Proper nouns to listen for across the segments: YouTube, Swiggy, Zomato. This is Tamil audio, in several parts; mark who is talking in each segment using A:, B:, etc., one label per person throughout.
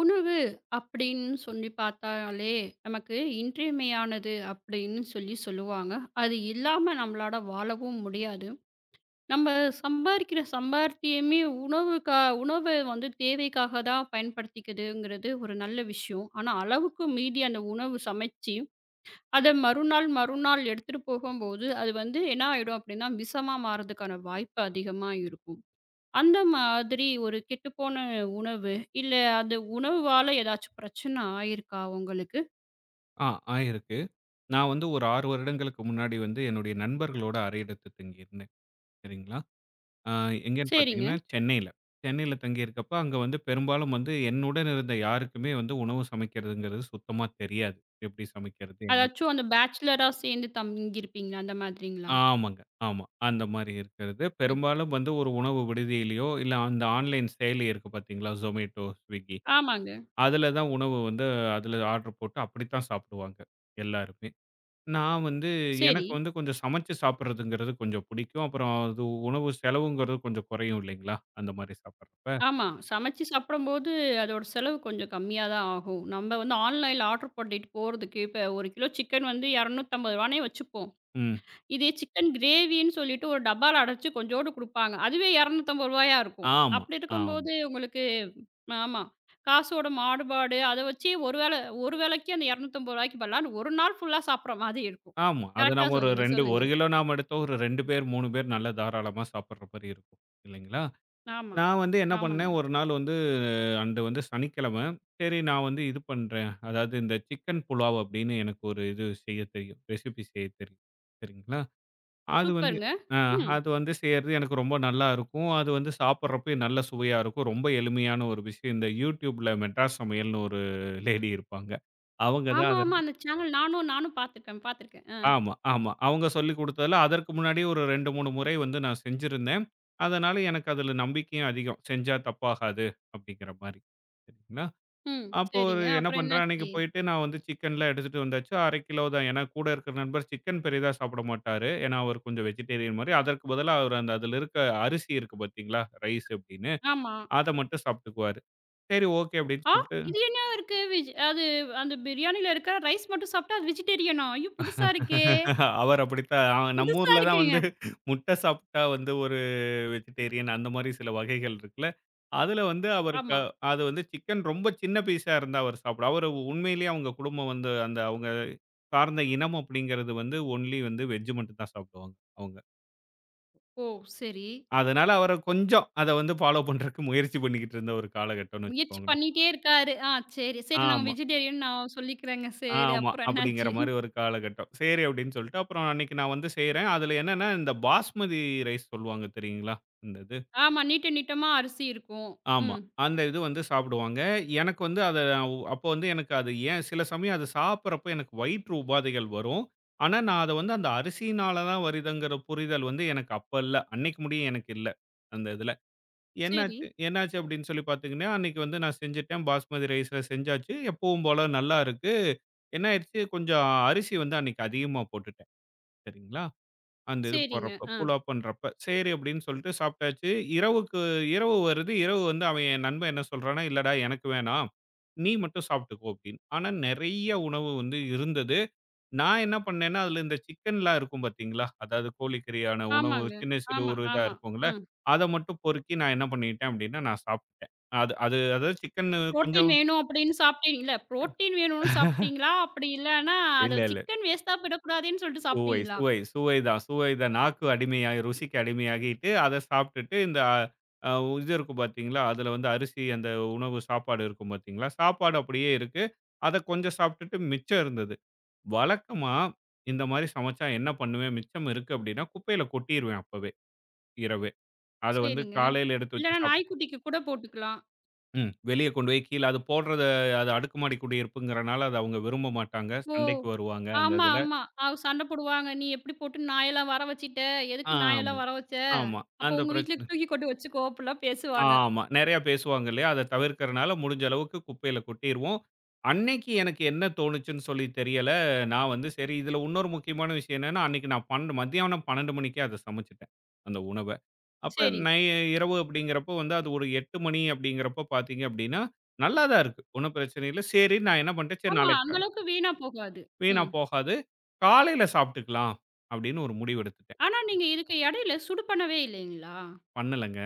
A: உணவு அப்படின்னு சொல்லி பார்த்தாலே நமக்கு இன்றியமையானது அப்படின்னு சொல்லி சொல்லுவாங்க. அது இல்லாம நம்மளால வாழவும் முடியாது. நம்ம சம்பாரிக்கிற சம்பாத்தியமே உணவுக்கா உணவு வந்து தேவைக்காக தான் பயன்படுத்திக்கிதுங்கிறது ஒரு நல்ல விஷயம். ஆனா அளவுக்கு மீறி அந்த உணவு சமைச்சு, அத மறுநாள் மறுநாள் எடுத்துட்டு போகும்போது, அது வந்து என்ன ஆயிடும் அப்படின்னா, விஷமா மாறதுக்கான வாய்ப்பு அதிகமா இருக்கும். அந்த மாதிரி ஒரு கெட்டுப்போன உணவு, இல்ல அந்த உணவால ஏதாச்சும் பிரச்சனை ஆயிருக்கா உங்களுக்கு?
B: ஆ ஆயிருக்கு. நான் வந்து ஒரு 6 வருடங்களுக்கு முன்னாடி வந்து என்னுடைய நண்பர்களோட அறை எடுத்து தங்கியிருந்தேன். சரிங்களா? அ எங்கேன்னு
A: சரிங்க.
B: பார்த்தீங்கன்னா, சென்னையில. சென்னையில தங்கியிருக்கப்ப அங்க வந்து பெரும்பாலும் வந்து என்னுடன் இருந்த யாருக்குமே வந்து உணவு சமைக்கிறதுங்கிறது சுத்தமா தெரியாது. எப்படி சமைக்கிறது? என்ன
A: அதாச்சும் அந்த பேச்சுலரா சேர்ந்து தங்கியிருப்பீங்களா? அந்த மாதிரிங்களா?
B: ஆமாங்க. ஆமா. அந்த மாரி இருக்கிறது. பெரும்பாலும் வந்து ஒரு உணவு விடுதியிலயோ, இல்ல அந்த ஆன்லைன் செயலி இருக்கு பார்த்தீங்களா? Zomato, Swiggy.
A: ஆமாங்க.
B: அதுல தான் உணவு வந்து அதுல ஆர்டர் போட்டு அப்படித்தான் சாப்பிடுவாங்க எல்லாருமே. நான் வந்து
A: சரி.
B: எனக்கு வந்து கொஞ்சம் சமைச்சு சாப்பிடுறதுங்கிறது கொஞ்சம் பிடிக்கும். அப்புறம் அது உணவு செலவுங்கிறது கொஞ்சம் குறையும் இல்லைங்களா? அந்த மாரி சாப்பிடுறப்ப.
A: ஆமா. சமைச்சு சாப்பிடும்போது அதோட செலவு கொஞ்சம் கம்மியா தான் ஆகும். நம்ம வந்து ஆன்லைன்ல ஆர்டர் பண்ணிட்டு போறதுக்கு, இப்ப 1 கிலோ சிக்கன் வந்து ரூ. 250னே வச்சுப்போம்.
B: ம்.
A: இதே சிக்கன் கிரேவின்னு சொல்லிட்டு ஒரு டப்பால அடைச்சு கொஞ்சோண்டு குடுப்பாங்க. அதுவே ரூ. 250 இருக்கும்.
B: ஆமா,
A: அப்படி
B: ஆமா,
A: இருக்கும்போது உங்களுக்கு ஆமா. காசோட மாறுபாடு, அத வச்சு ஒரு வேள ஒரு வேளைக்கு அந்த ரூ. 250க்கு பதிலா ஒரு நாள் ஃபுல்லா சாப்பிடுற மாதிரி இருக்கும்.
B: ஆமா. அது
A: கரெக்ட்டா
B: நம்ம ஒரு
A: சொன்னீங்க.
B: 2
A: சொல்லுங்க.
B: 1 கிலோ நாம எடுத்தோம். ஒரு 2 பேர், 3 பேர் நல்லா தாராளமா சாப்பிடுற மாரி இருக்கும். இல்லைங்களா?
A: ஆமா.
B: நான் வந்து என்ன
A: ஆமாங்க.
B: பண்ணேன், ஒரு நாள் வந்து அன்று வந்து சனிக்கிழமை. சரி நான் வந்து இது பண்றேன். அதாவது இந்த சிக்கன் புலாவ் அப்படின்னு எனக்கு ஒரு இது செய்ய தெரியும். ரெசிபி செய்ய தெரியும். சரிங்களா? அது வந்து
A: சூப்பருங்க.
B: அ
A: ம்.
B: அது வந்து செய்யறது எனக்கு ரொம்ப நல்லா இருக்கும். அது வந்து சாப்பிடுறப்பயும் நல்ல சுவையா இருக்கும். ரொம்ப எளிமையான ஒரு விஷயம். இந்த YouTubeல மெட்ராஸ் சமையல்னு ஒரு லேடி இருப்பாங்க. அவங்க தான்
A: ஆமா,
B: அத
A: ஆமா. அந்த சேனல் நானும் நானும் பார்த்துருக்கேன், பார்த்துருக்கேன். அ.
B: ஆமா, ஆமா. அவங்க சொல்லிக் குடுத்ததுல அதற்கு முன்னாடி ஒரு 2, 3 முறை வந்து நான் செஞ்சிருந்தேன். அதனால எனக்கு அதுல நம்பிக்கையும் அதிகம். செஞ்சா தப்பாகாது அப்படிங்கிற மாரி. சரிங்களா?
A: ம்.
B: அப்போ ஒரு
A: சரிங்க.
B: என்ன
A: அப்புறம்
B: பண்றேன், அன்னைக்கு
A: என்னாச்சு?
B: போயிட்டு நான் வந்து சிக்கன்லாம் எடுத்துட்டு வந்தாச்சு. 1/2 கிலோ தான். ஏன்னா கூட இருக்கிற நண்பர் சிக்கன் பெரிதா சாப்பிட மாட்டாரு. ஏன்னா அவர் கொஞ்சம் வெஜிடேரியன் மாரி. அதற்கு பதிலா அவர் அந்த அதில இருக்க அரிசி இருக்கு பார்த்தீங்களா, ரைஸ் அப்படின்னு,
A: ஆமா.
B: அத மட்டும் சாப்பிட்டுக்குவாரு. சரி ஓகே அப்படின்னு
A: ஆ!
B: சொல்லிட்டு
A: இது என்ன இருக்கு? விஜ் அது அந்த பிரியாணியில இருக்கிற ரைஸ் மட்டும் சாப்பிட்டா அது வெஜிடேரியனா? ஐயோ! புதுசா இருக்கே!
B: அவர் அப்படித்தான். நம்ம
A: புதுசா
B: ஊர்ல தான்
A: இருக்குங்க.
B: வந்து முட்டை சாப்பிட்டா வந்து ஒரு வெஜிடேரியன் அந்த மாரி சில வகைகள் இருக்குல்ல. அதுல வந்து அவருக்கு
A: ஆமா.
B: அது வந்து சிக்கன் ரொம்ப சின்ன பீஸா இருந்தா அவர் சாப்பிடுவா அவரு உண்மையிலேயே அவங்க குடும்பம் வந்து அந்த அவங்க சார்ந்த இனம் அப்படிங்கிறது வந்து ஒன்லி வந்து வெஜ் மட்டும் தான் சாப்பிடுவாங்க அவங்க.
A: ஓ! சரி.
B: அதனால அவர கொஞ்சம் அத வந்து ஃபாலோ பண்றதுக்கு முயற்சி பண்ணிக்கிட்டு இருந்த ஒரு காலகட்டம்னு
A: முயற்சி
B: வச்சுக்கோங்களேன்.
A: பண்ணிட்டே இருக்காரு. ஆ சரி, சரி நாங்க
B: ஆமா.
A: வெஜிடேரியன் நான் சொல்லிக்கிறேங்க. சரி
B: ஆமா.
A: அப்புறம்
B: அப்படிங்கிற
A: என்னாச்சு?
B: மாரி ஒரு காலகட்டம். சரி அப்படின்னு சொல்லிட்டு, அப்புறம் அன்னைக்கு நான் வந்து செய்றேன். அதுல என்னன்னா, இந்த பாஸ்மதி ரைஸ் சொல்லுவாங்க தெரியுங்களா? இந்த இது.
A: ஆமா. நீட்ட நீட்டமா அரிசி இருக்கும்.
B: ஆமா.
A: ம்.
B: அந்த இது வந்து சாப்பிடுவாங்க. எனக்கு வந்து அத அப்போ வந்து எனக்கு அது ஏன் சில சமயம் அது சாப்பிடுறப்போ எனக்கு வயிற்று உபாதைகள் வரும். ஆனா, நான் அத வந்து அந்த அரிசியினால தான் வருதுங்கிற புரிதல் வந்து எனக்கு அப்ப இல்ல. அன்னைக்கு முடிய எனக்கு இல்ல. அந்த இதுல.
A: சரி,
B: என்னாச்சு என்னாச்சு அப்படின்னு சொல்லி பார்த்தீங்கன்னா, அன்னைக்கு வந்து நான் செஞ்சுட்டேன். பாஸ்மதி ரைஸ்ல செஞ்சாச்சு. எப்பவும் போல நல்லா இருக்கு. என்ன ஆயிடுச்சு, கொஞ்சம் அரிசி வந்து அன்னைக்கு அதிகமா போட்டுட்டேன். சரிங்களா? அந்த இது
A: சரிங்க.
B: போடுறப்ப,
A: ஆ.
B: புலாவ் பண்றப்ப. சரி அப்படின்னு சொல்லிட்டு சாப்பிட்டாச்சு. இரவுக்கு இரவு வருது. இரவு வந்து அவன் என் நண்பன் என்ன சொல்றான்னா, "இல்லடா எனக்கு வேணாம். நீ மட்டும் சாப்பிட்டுக்கோ" அப்படின்னு. ஆனா நெறைய உணவு வந்து இருந்தது. நான் என்ன பண்ணேன்னா, அதுல இந்த சிக்கன்லாம் இருக்கும் பார்த்தீங்களா? அதாவது கோழிக்கறியான உணவு
A: ஆமாங்க.
B: சின்ன சிறு
A: ஆமா,
B: ஒரு இதா
A: ஆமா.
B: இருக்கும்ல.
A: ம்.
B: அத மட்டும் பொறுக்கி நான் என்ன பண்ணிட்டேன் அப்படின்னா, நான் சாப்பிட்டுட்டேன். அது அது அதாவது சிக்கன்னு
A: புரோட்டீன்
B: கொஞ்சம்
A: வேணும் அப்படின்னு சாப்பிட்டீங்க இல்ல புரோட்டீன் வேணும்னு சாப்பிட்டீங்களா? அப்படி இல்லன்னா
B: இல்ல,
A: அத
B: இல்ல.
A: சிக்கன் வேஸ்ட்டா போயிடக்கூடாதேன்னு சொல்லிட்டு
B: சுவை,
A: சாப்பிட்டீங்களா?
B: சுவை, சுவைதான். சுவைதான். நாக்கு அடிமையாகி ருசிக்கு அடிமையாகிட்டு, அத சாப்பிட்டுட்டு இந்த அ இது இருக்கும் பார்த்தீங்களா, அதுல வந்து அரிசி அந்த உணவு சாப்பாடு இருக்கும் பார்த்தீங்களா, சாப்பாடு அப்படியே இருக்கு. அத கொஞ்சம் சாப்பிட்டுட்டு மிச்சம் இருந்தது. வழக்கமா இந்த மாரி சமைச்சா என்ன பண்ணுவேன், மிச்சம் இருக்கு அப்படின்னா, குப்பையில கொட்டிருவேன் அப்பவே, இரவே. அத வந்து
A: சரிங்க.
B: காலையில எடுத்து வச்சு
A: இல்லன்னா
B: சாப்
A: நாய்க்குட்டிக்கு கூட போட்டுக்கலாம்.
B: ம். வெளிய கொண்டு போய் கீழ அது போடுறத அது அடுக்குமாடி குடியிருப்புங்கிறனால, அத அவங்க விரும்ப மாட்டாங்க.
A: ஓ!
B: சண்டைக்கு வருவாங்க அந்த
A: ஆமா,
B: இதுல.
A: ஆமா. அவ சண்ட போடுவாங்க. "நீ எப்படி போட்டு நாயெல்லாம் வர வச்சுட்ட? எதுக்கு
B: ஆமா,
A: நாயெல்லாம் வர வச்ச?
B: ஆமா.
A: அப்போ
B: அந்த
A: உங்க வீட்ல
B: பிரச்சனை.
A: தூக்கி கொண்டு வச்சுக்கோ" அப்படிலாம் பேசுவாங்க.
B: ஆமா. நெறையா பேசுவாங்க இல்லையா? அத தவிர்க்கிறனால முடிஞ்ச அளவுக்கு குப்பையில கொட்டிருவோம். அன்னைக்கு எனக்கு என்ன தோணுச்சுன்னு சொல்லி தெரியல. நான் வந்து சரி இதுல இன்னொரு முக்கியமான விஷயம் என்னன்னா, அன்னைக்கு நான் 12 மத்தியானம் 12 மணிக்கே அத சமைச்சுட்டேன். அந்த உணவ. அப்ப
A: சரி.
B: நை இரவு அப்படிங்கிறப்போ வந்து அது ஒரு 8 மணி அப்படிங்கிறப்போ பார்த்தீங்க அப்படின்னா, நல்லா தான் இருக்கு. ஒண்ணும் பிரச்சனை இல்ல. சரி நான் என்ன பண்ணிட்டேன், சரி
A: ஆமா,
B: நாளைக்கு
A: அந்த
B: கா-
A: அளவுக்கு வீணா போகாது.
B: வீணா
A: ம்.
B: போகாது. காலையில சாப்பிட்டுக்கலாம் அப்படின்னு ஒரு முடிவு எடுத்துட்டேன்.
A: ஆனா நீங்க இதுக்கு இடையில சுடு பண்ணவே இல்லைங்களா?
B: பண்ணலங்க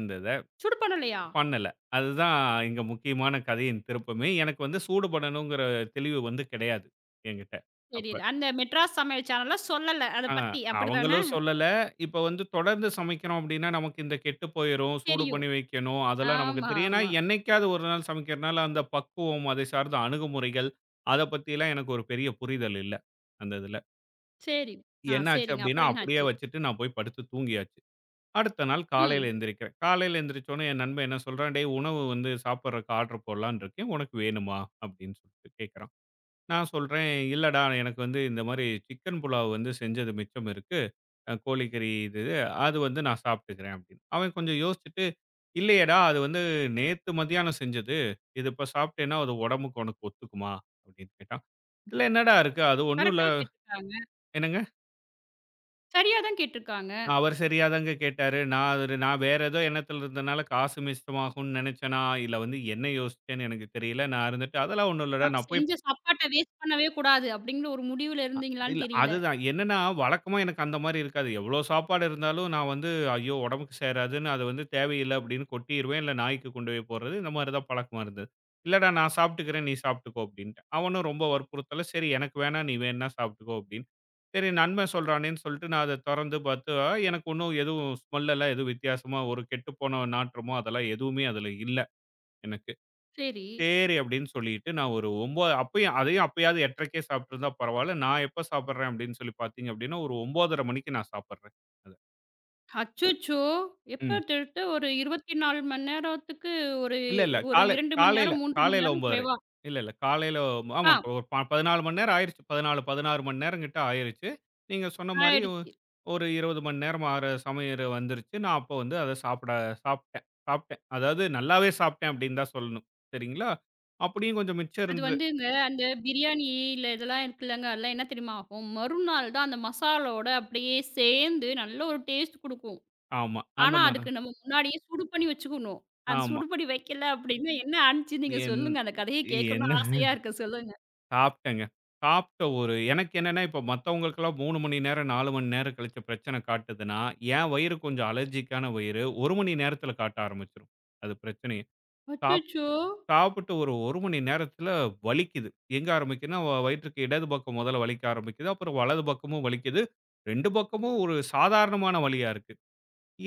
B: அந்த இத.
A: சுடு பண்ணலையா?
B: பண்ணல. அதுதான் இங்க முக்கியமான கதையின் திருப்பமே. எனக்கு வந்து சூடு பண்ணணுங்கிற தெளிவு வந்து கிடையாது என்கிட்ட. அப்ப.
A: தெரியல. அந்த மெட்ராஸ் சமையல் சேனல்ல சொல்லல அத
B: ஆ
A: பத்தி. அப்படிதானே?
B: அவங்களும் சொல்லல. இப்ப வந்து தொடர்ந்து சமைக்கிறோம் அப்படின்னா, நமக்கு இந்த கெட்டு போயிரும். சூடு
A: தெரியும்.
B: பண்ணி வைக்கணும். அதெல்லாம் நமக்கு
A: ஆமா,
B: தெரியும். ஏன்னா,
A: ஆமா.
B: என்னைக்காவது ஒரு நாள் சமைக்கிறனால அந்த பக்குவம், அதை சார்ந்த அணுகுமுறைகள், அத பத்திலாம் எனக்கு ஒரு பெரிய புரிதல் இல்ல. அந்த இதுல.
A: சரி. ஆ
B: என்னாச்சு
A: சரிங்க.
B: அப்படின்னா,
A: அப்புறம் என்ன
B: அப்படியே
A: ஆச்சு?
B: வச்சுட்டு நான் போய் படுத்து தூங்கியாச்சு. அடுத்த நாள் காலையில
A: ம்.
B: எந்திரிக்கிறேன். காலையில எந்திரிச்சோனே என் நண்பன் என்ன சொல்றான், "டேய் உணவு வந்து சாப்பிடுறக்கு ஆர்டர் போடலான்னு இருக்கேன். உனக்கு வேணுமா?" அப்படின்னு சொல்லிட்டு கேட்குறான். நான் சொல்றேன், "இல்லடா எனக்கு வந்து இந்த மாரி சிக்கன் புலாவ் வந்து செஞ்சது மிச்சம் இருக்கு. கோழிக்கறி இது இது. அது வந்து நான் சாப்பிட்டுக்கிறேன்" அப்படின்னு. அவன் கொஞ்சம் யோசிச்சுட்டு, "இல்லையேடா அது வந்து நேத்து மதியானம் செஞ்சது. இது இப்ப சாப்பிட்டேன்னா அது உடம்புக்கு உனக்கு ஒத்துக்குமா?" அப்படின்னு கேட்டான். "இதுல என்னடா இருக்கு? அது ஒண்ணும் இல்ல"
A: கரெக்ட்டா கேட்டுருக்காங்க.
B: என்னங்க
A: சரியா தான் கேட்டுருக்காங்க.
B: அவர் சரியாதாங்க கேட்டாரு. நான் வேற ஏதோ எண்ணத்துல இருந்தனால காசு மிச்சமாகும்னு நெனச்சேனா, இல்ல வந்து என்ன யோசிச்சேன்னு எனக்கு தெரியல. நான் இருந்துட்டு, "அதெல்லாம் ஒண்ணும் இல்லடா.
A: நம்ம
B: நான் போய்
A: செஞ்ச சாப்பாட்ட வேஸ்ட் பண்ணவே கூடாது அப்படிங்கிற ஒரு முடிவுல இருந்தீங்களான்னு
B: இல்ல.
A: தெரியல.
B: அதுதான். என்னன்னா, வழக்கமா எனக்கு அந்த மாரி இருக்காது. எவ்ளோ சாப்பாடு இருந்தாலும் நான் வந்து, "ஐயோ! உடம்புக்கு சேராதுன்னு அது வந்து தேவையில்ல" அப்படின்னு கொட்டிருவேன். இல்ல நாய்க்கு கொண்டு போய் போடுறது. இந்த மாரி தான் பழக்கமா இருந்தது. "இல்லடா நான் சாப்பிட்டுக்கிறேன், நீ சாப்பிட்டுக்கோ" அப்படின்ட்டேன். அவனும் ரொம்ப வற்புறுத்தல, "சரி எனக்கு வேணாம், நீ வேணும்னா சாப்பிட்டுக்கோ" அப்படின்னு. சரி நண்பன் சொல்றானேன்னு சொல்லிட்டு நான் அத தொறந்து பார்த்தா, எனக்கு ஒண்ணும் எதுவும் ஸ்மெல் எல்லாம் எதுவும் வித்தியாசமா ஒரு கெட்டுப்போன நாற்றமோ அதெல்லாம் எதுவுமே அதுல இல்ல எனக்கு.
A: சரி.
B: சரி அப்படின்னு சொல்லிட்டு நான் ஒரு 9 அப்பயும் அதையும் அப்பயாவது 8:30க்கே சாப்பிட்டுருந்தா பரவால்ல. நான் எப்ப சாப்பிடுறேன் அப்படின்னு சொல்லி பார்த்தீங்க அப்படின்னா, ஒரு 9:30 மணிக்கு நான் சாப்பிடுறேன். அத.
A: அச்சச்சோ! எப்ப
B: ம்.
A: திட்ட ஒரு 24 மணி நேரத்துக்கு ஒரு
B: இல்ல.
A: ஒரு
B: காலை
A: 2 மணி
B: காலையில
A: நேரம், 3 மணி
B: காலையில
A: நேரம்
B: 9:30.
A: குறைவா
B: இல்ல. காலையில ஆமா.
A: ஆ
B: ஒரு 14 மணி நேரம் ஆயிருச்சு. 14, 16 மணி நேரம் கிட்ட ஆயிருச்சு. நீங்க சொன்ன மாரி
A: ஆயிடுச்சு.
B: ஒரு 20 மணி நேரம் ஆற சமையல் வந்துருச்சு. நான் அப்ப வந்து அத சாப்பிட சாப்பிட்டேன் சாப்பிட்டேன். அதாவது நல்லாவே சாப்பிட்டேன் அப்படின்னு தான் சொல்லணும். சரிங்களா? அப்படியும் கொஞ்சம் மிச்சம்
A: அது
B: இருந்தது.
A: வந்துங்க அந்த பிரியாணியில இதெல்லாம் இருக்குல்லங்க, அதெல்லாம் என்ன தெரியுமா ஆகும்? மறுநாள் தான் அந்த மசாலோட அப்படியே சேர்ந்து நல்ல ஒரு டேஸ்ட் குடுக்கும்.
B: ஆமா. அந்த
A: ஆனா,
B: மாரி
A: அதுக்கு
B: தான்.
A: நம்ம முன்னாடியே சுடு பண்ணி வச்சுக்கணும். அது
B: ஆமா.
A: சுடு பண்ணி வைக்கல அப்படின்னா என்ன ஆனுச்சு நீங்க
B: என்
A: சொல்லுங்க? அந்த கதைய
B: என்ன
A: கேட்கணும்னு ஆசையா இருக்கு. சொல்லுங்க.
B: சாப்பிட்டேங்க. சாப்பிட்ட ஒரு எனக்கு என்னன்னா, இப்ப மத்தவங்களுக்கெல்லாம் 3 மணி நேரம், 4 மணி நேரம் கழிச்சு பிரச்சனை காட்டுதுன்னா, என் வயிறு கொஞ்சம் அலர்ஜிக்கான வயிறு. 1 மணி நேரத்தில காட்ட ஆரம்பிச்சுரும். அது பிரச்சனையே. சாப்
A: அச்சச்சோ!
B: சாப்பிட்டு ஒரு 1 மணி நேரத்தில வலிக்குது. எங்க ஆரம்பிக்குதுன்னா, வயிற்றுக்கு இடது பக்கம் முதல்ல வலிக்க ஆரம்பிக்குது. அப்புறம் வலது பக்கமும் வலிக்குது. 2 பக்கமும் ஒரு சாதாரணமான வலியா இருக்கு.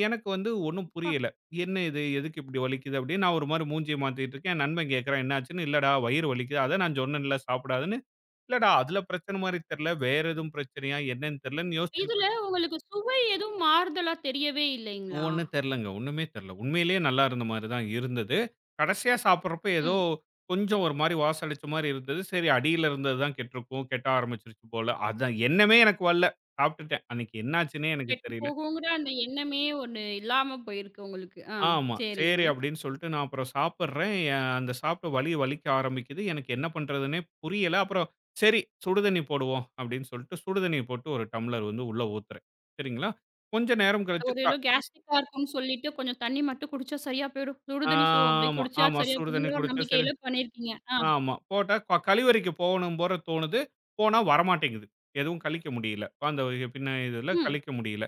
B: எனக்கு வந்து ஒண்ணும்
A: அப்பா!
B: புரியல. என்ன இது? எதுக்கு இப்படி வலிக்குது? அப்படின்னு நான் ஒரு மாரி மூஞ்சிய மாத்திட்டு இருக்கேன். என் நண்பன் கேட்கறான், என்னாச்சுன்னு? இல்லடா வயிறு வலிக்குது. அதான் நான் சொன்னேன்ல சாப்பிடாதன்னு. இல்லடா அதுல பிரச்சனை மாரி தெரியல. வேற எதுவும் பிரச்சனையா? என்னன்னு தெரியலன்னு யோசிச்சுக்கிட்டு
A: இதுல
B: இருக்கு.
A: உங்களுக்கு சுவை எதுவும் மாறுதலா தெரியவே இல்லைங்களா?
B: ஒண்ணும் தெரியலங்க. ஒண்ணுமே தெரியல. உண்மையிலேயே நல்லா இருந்த மாரி தான் இருந்தது. கடைசியா சாப்பிடுறப்ப ஏதோ
A: ம்.
B: கொஞ்சம் ஒரு மாரி வாசடிச்ச மாரி இருந்தது. சரி அடியில இருந்தது தான் கெட்டிருக்கும். கெட்ட ஆரம்பிச்சிருச்சு போல. அதான் எண்ணமே எனக்கு வரல. சாப்பிட்டுட்டேன். அன்னைக்கு என்னாச்சுன்னே எனக்கு
A: கெட்டு
B: தெரியல.
A: போகுங்கிற அந்த எண்ணமே ஒண்ணு இல்லாம போயிருக்கு உங்களுக்கு. ஆ
B: ஆமா. சரி
A: சரிங்க.
B: அப்படின்னு சொல்லிட்டு நான் அப்புறம் சாப்பிடுறேன். அந்த சாப்பிட்ட வலி வலிக்க ஆரம்பிக்குது. எனக்கு என்ன பண்றதுன்னே புரியல. அப்புறம் சரி சுடு தண்ணி போடுவோம் அப்படின்னு சொல்லிட்டு சுடு தண்ணி போட்டு ஒரு டம்ளர் வந்து உள்ள ஊத்துறேன். சரிங்களா? கொஞ்ச நேரம்
A: அது
B: கழிச்சு
A: ஒரு ஏதோ கேஸ்ட்ரிக்கா இருக்குன்னு சொல்லிட்டு கொஞ்சம் தண்ணி மட்டும் குடிச்சா சரியா போயிடும். சுடு தண்ணி சோ அப்படி
B: ஆமா,
A: குடிச்சா
B: ஆமா.
A: சரியா
B: சுடு தண்ணி
A: போயிடுங்கிற ஒரு
B: குடிச்சா சரி
A: நம்பிக்கையில பண்ணியிருக்கீங்க. ஆ.
B: ஆமா. போட்டா கழிவறைக்கு போகணும் போற தோணுது. போனா வரமாட்டேங்குது. எதுவும் கழிக்க முடியல. அந்த வகை பின்ன இதுல
A: ம்.
B: கழிக்க முடியல.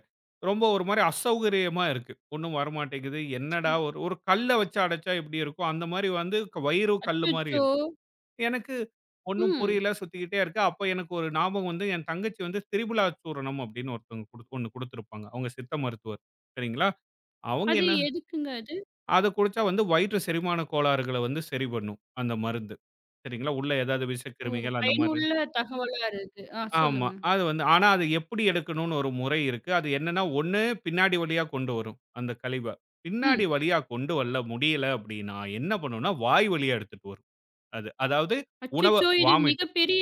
B: ரொம்ப ஒரு மாரி அசௌகரியமா இருக்கு. ஒண்ணும் வரமாட்டேங்குது. என்னடா
A: ம்.
B: ஒரு ஒரு கல்ல வச்சு அடைச்சா எப்படி இருக்கும்? அந்த மாரி வந்து வயிறும் கல்லு மாரி
A: அச்சச்சோ!
B: இருக்கு. எனக்கு ஒண்ணும்
A: ம்.
B: புரியல. சுத்திக்கிட்டே இருக்கு. அப்ப எனக்கு ஒரு ஞாபகம் வந்து என் தங்கச்சி வந்து திரிபுலா சூரணம் அப்படின்னு ஒருத்தவங்க குடுத் ஒண்ணு குடுத்துருப்பாங்க. அவங்க சித்த மருத்துவர். சரிங்களா? அவங்க
A: அது
B: என்ன
A: எதுக்குங்க அது?
B: அத குடிச்சா வந்து வயிற்று செரிமான கோளாறுகள வந்து சரி பண்ணும், அந்த மருந்து. சரிங்களா? உள்ள ஏதாவது
A: ஓ!
B: விஷக்கிருமிகள் அந்த மாரி
A: பயனுள்ள தகவலா இருக்கு. ஆ
B: ஆமா.
A: சொல்லுங்க.
B: அது வந்து ஆனா அது எப்படி எடுக்கணும்னு ஒரு முறை இருக்கு. அது என்னன்னா, ஒண்ணு பின்னாடி வழியா கொண்டு வரும், அந்த கழிவ.
A: ம்.
B: பின்னாடி வழியா கொண்டு வரல முடியல அப்படின்னா, என்ன பண்ணும்னா, வாய் வழியா எடுத்துட்டு வரும் அது. அதாவது உணவ
A: அச்சச்சோ! இது
B: வாமிட்
A: மிகப்பெரிய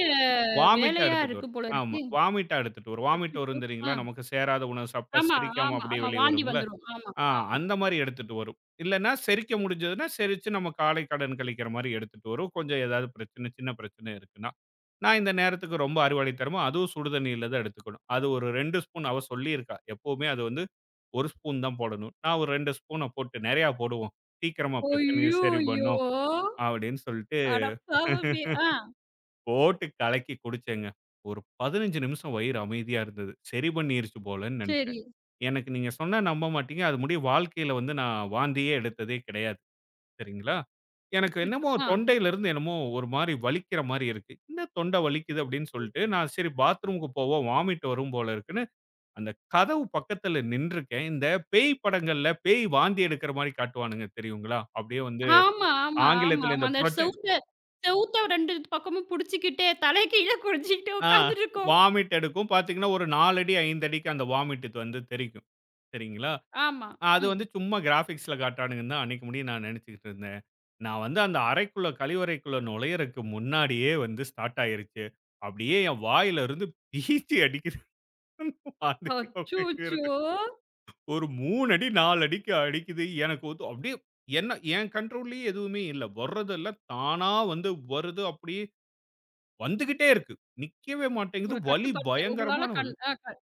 B: வாமிட்டா
A: வேலையா
B: எடுத்துட்டு
A: இருக்கு
B: வரும்.
A: போல
B: ஆமா.
A: இருக்கே.
B: வாமிட்டா எடுத்துட்டு வரும். வாமிட்
A: அச்சச்சோ!
B: வரும் தெரியுங்களா?
A: ஆ.
B: நமக்கு சேராத உணவு சாப்பிட்டா
A: ஆமா,
B: செரிக்காம
A: ஆமா,
B: அப்படியே
A: ஆமா.
B: வெளிய
A: வாந்தி
B: வரும்ல.
A: வந்துரும். ஆமா.
B: ஆ அந்த மாரி எடுத்துட்டு வரும். இல்லன்னா செரிக்க முடிஞ்சதுன்னா, செரிச்சு நம்ம காலை கடன் கழிக்கிற மாரி எடுத்துட்டு வரும். கொஞ்சம் ஏதாவது பிரச்சனை, சின்ன பிரச்சனை இருக்குன்னா. நான் இந்த நேரத்துக்கு ரொம்ப அறுவாளைத்தனமா அதுவும் சுடு தண்ணீல தான் எடுத்துக்கணும். அது ஒரு 2 ஸ்பூன் அவ சொல்லியிருக்கா. எப்பவுமே அது வந்து 1 ஸ்பூன் தான் போடணும். நான் ஒரு 2 ஸ்பூன போட்டு நெறையா போடுவோம். சீக்கிரமா பிரச்சனைய சரி
A: ஐய்யய்யோ!
B: பண்ணும் அப்படின்னு சொல்ட்டு
A: அட பாவமே! ஆ
B: போட்டு கலக்கி குடிச்சேங்க. ஒரு 15 நிமிஷம் வயிறு அமைதியா இருந்தது. சரி பண்ணிருச்சு போலன்னு நெனச்சேன்.
A: சரி.
B: எனக்கு நீங்க சொன்னா நம்ப மாட்டீங்க. அது முடிய வாழ்க்கையில வந்து நான் வாந்தியே எடுத்ததே கிடையாது. சரிங்களா? எனக்கு
A: அச்சச்சோ!
B: என்னமோ
A: ஆ.
B: தொண்டையிலிருந்து என்னமோ ஒரு மாரி வலிக்கிற மாரி இருக்கு. "என்ன தொண்டை வலிக்குது?" அப்படின்னு சொல்லிட்டு, நான் சரி பாத்ரூமுக்கு போவோம், வாமிட் வரும் போல இருக்குன்னு, அந்த கதவு பக்கத்துல நின்றுக்கேன். இந்த பேய் படங்கள்ல பேய் வாந்தி எடுக்கிற மாரி காட்டுவானுங்க தெரியுங்களா? அப்படியே வந்து
A: ஆமா, ஆமா, ஆமா,
B: ஆங்கிலத்துல
A: ஆமா.
B: இந்த
A: அந்த
B: ப்ரொஜெக்ட்
A: செவுத்த செவுத்த 2 பக்கமும் புடிச்சுக்கிட்டே தலை கீழ குனிஞ்சுக்கிட்டு
B: ஆ
A: உட்காந்துட்டுருக்கோம்.
B: வாமிட் எடுக்கும். பார்த்தீங்கன்னா, ஒரு 4 அடி, 5 அடிக்கு அந்த வாமிட் இது வந்து தெறிக்கும். சரிங்களா?
A: ஆமா.
B: ஆ, அது
A: ம்.
B: வந்து சும்மா கிராபிக்ஸ்ல காட்டானுங்கன்னு தான் அன்னைக்கு முடிய நான் நெனச்சுக்கிட்டு இருந்தேன். நான் வந்து அந்த அறைக்குள்ள கழிவறைக்குள்ள நுழையறக்கு முன்னாடியே வந்து ஸ்டார்ட் ஆயிருச்சு. அப்படியே என் வாயில இருந்து பீச்சி அடிக்குது. வாந்தி
A: அச்சோச்சோ!
B: வருது. ஒரு 3 அடி, 4 அடிக்கு அடிக்குது. எனக்கு வந்து அப்படியே என்ன என் கண்ட்ரோல்லயே எதுவுமே இல்ல. வர்றதெல்லாம் தானா வந்து வருது. அப்படியே வந்துகிட்டே இருக்கு. நிக்கவே மாட்டேங்குது.
A: உங்கள
B: வலி
A: கட்டுப்படுத்த உங்களால
B: பயங்கரமான வலி.
A: கண் அ க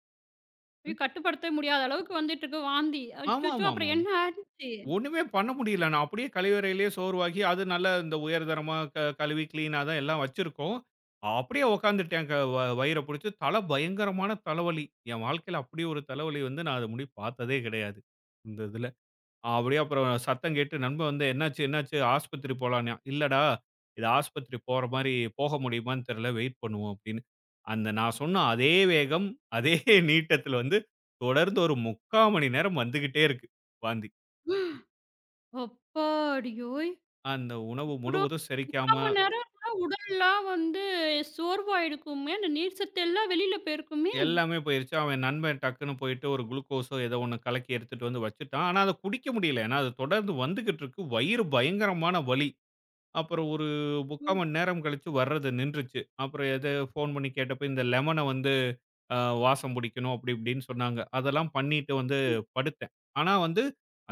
A: கட்டுப்படுத்த முடியாத அளவுக்கு வந்துட்டுருக்கு வாந்தி. அச்சச்சோ! அப்புறம்
B: ஆமாமாமாம்.
A: என்ன ஆச்சு?
B: ஒண்ணுமே பண்ண முடியல. நான் அப்படியே கழிவறையிலேயே சோர்வாகி, அது நல்ல இந்த உயர்தரமா கழுவி கிளீனா தான் எல்லாம் வச்சிருக்கோம். அப்படியே உட்காந்துட்டேன். க வ வயிற புடிச்சு. பயங்கரமான தலைவலி. என் வாழ்க்கையில அப்படி ஒரு தலைவலி வந்து நான் அது முடி பார்த்ததே கிடையாது. இந்த இதுல. அப்படியே அப்புறம் சத்தம் கேட்டு நண்பன் வந்து "என்னாச்சு, என்னாச்சு? ஆஸ்பத்திரி போலாம்ன்னான்." "இல்லடா, இது ஆஸ்பத்திரி போற மாரி போக முடியுமான்னு தெரியல. வெயிட் பண்ணுவோம்." அப்படின்னு. அந்த நான் சொன்ன அதே வேகம், அதே நீட்டத்துல வந்து தொடர்ந்து ஒரு 3/4 மணி நேரம் வந்துகிட்டே இருக்கு வாந்தி.
A: அப்பாடியோய்!
B: அந்த உணவு
A: அப்புறம்
B: முழுவதும் செரிக்காம
A: 3/4 மணி நேரம்னா உடல்லாம் வந்து சோர்வாயிருக்குமே! அந்த நீர் சத்து எல்லாம் வெளில போயிருக்குமே!
B: எல்லாமே போயிருச்சு. அவன் நண்பன் டக்குன்னு போயிட்டு ஒரு குளுக்கோஸோ ஏதோ ஒண்ணு கலக்கி எடுத்துட்டு வந்து வச்சுட்டான். ஆனா அத குடிக்க முடியல. ஏன்னா, அது தொடர்ந்து வந்துகிட்டு இருக்கு. வயிறு பயங்கரமான வலி. அப்புறம் ஒரு 3/4 மணி நேரம் கழிச்சு வர்றது நின்றுச்சு. அப்புறம் எது ஃபோன் பண்ணி கேட்டப்ப இந்த லெமன வந்து அ வாசம் பிடிக்கணும் அப்படி இப்படின்னு சொன்னாங்க. அதெல்லாம் பண்ணிட்டு வந்து படுத்தேன். ஆனா வந்து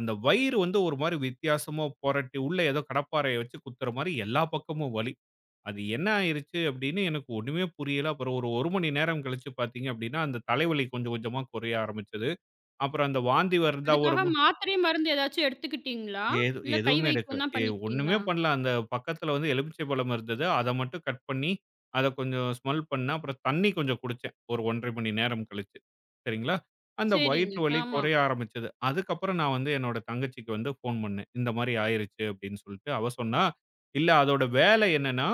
B: அந்த வயிறு வந்து ஒரு மாரி வித்தியாசமா பொரட்டி, உள்ள ஏதோ கடப்பாரைய வச்சு குத்துற மாரி எல்லா பக்கமும் வலி. அது என்ன ஆயிருச்சு அப்படின்னு எனக்கு ஒண்ணுமே புரியல. அப்புறம் ஒரு 1 மணி நேரம் கழிச்சு பார்த்தீங்க அப்படின்னா, அந்த தலைவலி கொஞ்சம் கொஞ்சமா குறைய ஆரம்பிச்சது. அப்புறம் அந்த வாந்தி வருதா ஒரு
A: அதுக்காக
B: மு
A: மாத்திரை, மருந்து ஏதாச்சும் எடுத்துக்கிட்டீங்களா? இல்ல கை
B: எதுவுமே எடுக்கல.
A: வைத்தியம் தான்
B: ஒண்ணுமே
A: பண்ணிக்கிட்டீங்களா?
B: பண்ணல. அந்த பக்கத்துல வந்து எலுமிச்சை பழம் இருந்தது. அத மட்டும் கட் பண்ணி, அத கொஞ்சம் ஸ்மெல் பண்ணேன். அப்புறம் தண்ணி கொஞ்சம் குடிச்சேன். ஒரு 1 1/2 மணி நேரம் கழிச்சு. சரிங்களா? அந்த வயிற்று
A: சரிங்க.
B: வலி
A: ஆமா.
B: குறைய ஆரம்பிச்சது. அதுக்கப்புறம் நான் வந்து என்னோட தங்கச்சிக்கு வந்து ஃபோன் பண்ணேன். இந்த மாரி ஆயிருச்சு அப்படின்னு சொல்லிட்டு. அவ சொன்னா, "இல்ல அதோட வேலை என்னன்னா"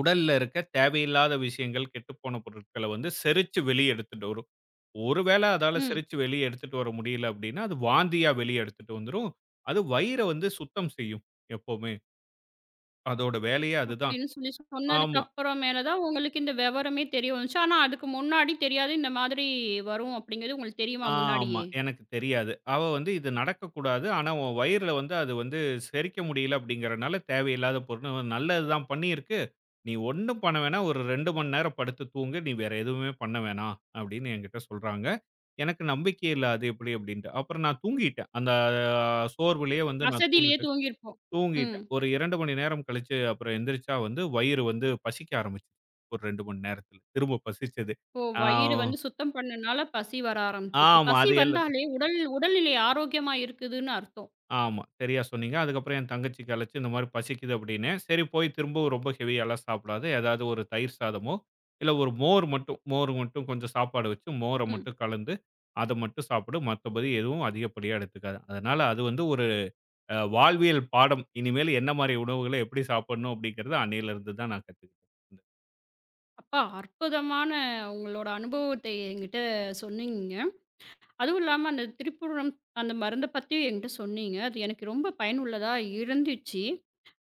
B: உடல்ல இருக்க தேவையில்லாத விஷயங்கள், கெட்டுப்போன பொருட்கள வந்து செரிச்சு வெளிய எடுத்துட்டு வரும். ஒருவேள அதால
A: ம்.
B: செரிச்சு வெளிய எடுத்துட்டு வர முடியல அப்படின்னா, அது வாந்தியா வெளிய எடுத்துட்டு வந்துரும். அது வயிற வந்து சுத்தம் செய்யும் எப்பவுமே. அதோட வேலையே அதுதான்.
A: அப்படின்னு சொல்லி சொன்னதுக்கு
B: ஆமா,
A: அப்புறம் மேல தான் உங்களுக்கு இந்த விவரமே தெரிய வந்துச்சு. ஆனா அதுக்கு முன்னாடி தெரியாது இந்த மாதிரி வரும் அப்படிங்கிறது உங்களுக்கு தெரியுமா
B: ஆமா.
A: முன்னாடியே?
B: எனக்கு தெரியாது. அவ வந்து இது நடக்கக்கூடாது. ஆனா, உன் வயிறுல வந்து அது வந்து செரிக்க முடியல அப்படிங்கிறனால தேவையில்லாத பொருள் நல்லது தான் பண்ணியிருக்கு. நீ ஒண்ணும் பண்ண வேணாம். ஒரு 2 மணி நேரம் படுத்து தூங்கு. நீ வேற எதுவுமே பண்ண வேணாம்." அப்படின்னு என்கிட்ட சொல்றாங்க. எனக்கு நம்பிக்கை இல்ல அது எப்படி அப்படின்ட்டு. அப்புறம் நான் தூங்கிட்டேன். அந்த சோர்விலேயே வந்து நான்
A: அசதியிலேயே
B: தூங்கிட்டேன்
A: தூங்கியிருப்போம். ம்.
B: தூங்கிட்டேன். ஒரு 2 மணி நேரம் கழிச்சு அப்புறம் எந்திரிச்சா வந்து வயிறு வந்து பசிக்க ஆரம்பிச்சுது. ஒரு 2 மணி நேரத்துல. திரும்ப பசிச்சது.
A: ஓ!
B: ஆ
A: வயிறு வந்து சுத்தம் பண்ணனால பசி வர ஆரம்பிச்சிருச்சு.
B: ஆமா.
A: பசி
B: அது எல்ல
A: வந்தாலே உடல்நிலை ஆரோக்கியமா இருக்குதுன்னு அர்த்தம்.
B: ஆமா. சரியா சொன்னீங்க. அதுக்கப்புறம் என் தங்கச்சிக்கு அழைச்சு இந்த மாரி பசிக்குது அப்படின்னேன். சரி போய் திரும்பவும் ரொம்ப ஹெவியாலாம் சாப்பிடாத. ஏதாவது ஒரு தயிர் சாதமோ, இல்ல ஒரு மோர் மட்டும் கொஞ்சம் சாப்பாடு வச்சு மோர
A: ம்.
B: மட்டும் கலந்து, அத மட்டும் சாப்பிடு. மத்தபடி எதுவும் அதிகப்படியா எடுத்துக்காத. அதனால அது வந்து ஒரு வாழ்வியல் பாடம். இனிமேல் என்ன மாரி உணவுகள எப்படி சாப்பிடணும் அப்படிங்கிறத அன்னையிலிருந்து தான் நான் கத்துக்கிட்டேன்.
A: அப்பா அற்புதமான உங்களோட அனுபவத்தை என்கிட்ட சொன்னீங்க. அதுவும் இல்லாம அந்த திரிபுரம் அந்த மருந்த பத்தி என்கிட்ட சொன்னீங்க. அது எனக்கு ரொம்ப பயனுள்ளதா இருந்துச்சு.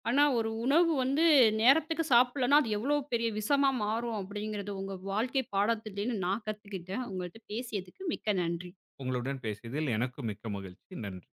A: ஆனா, ஒரு உணவு வந்து நேரத்துக்கு சாப்பிடலன்னா, அது எவ்வளோ பெரிய விஷமா மாறும் அப்படிங்கிறது உங்க வாழ்க்கை பாடத்திலேருந்து நான் கத்துக்கிட்டேன். உங்கள்ட்ட பேசியதுக்கு மிக்க நன்றி.
B: உங்களுடன் பேசியதில் எனக்கும் மிக்க மகிழ்ச்சி. நன்றி.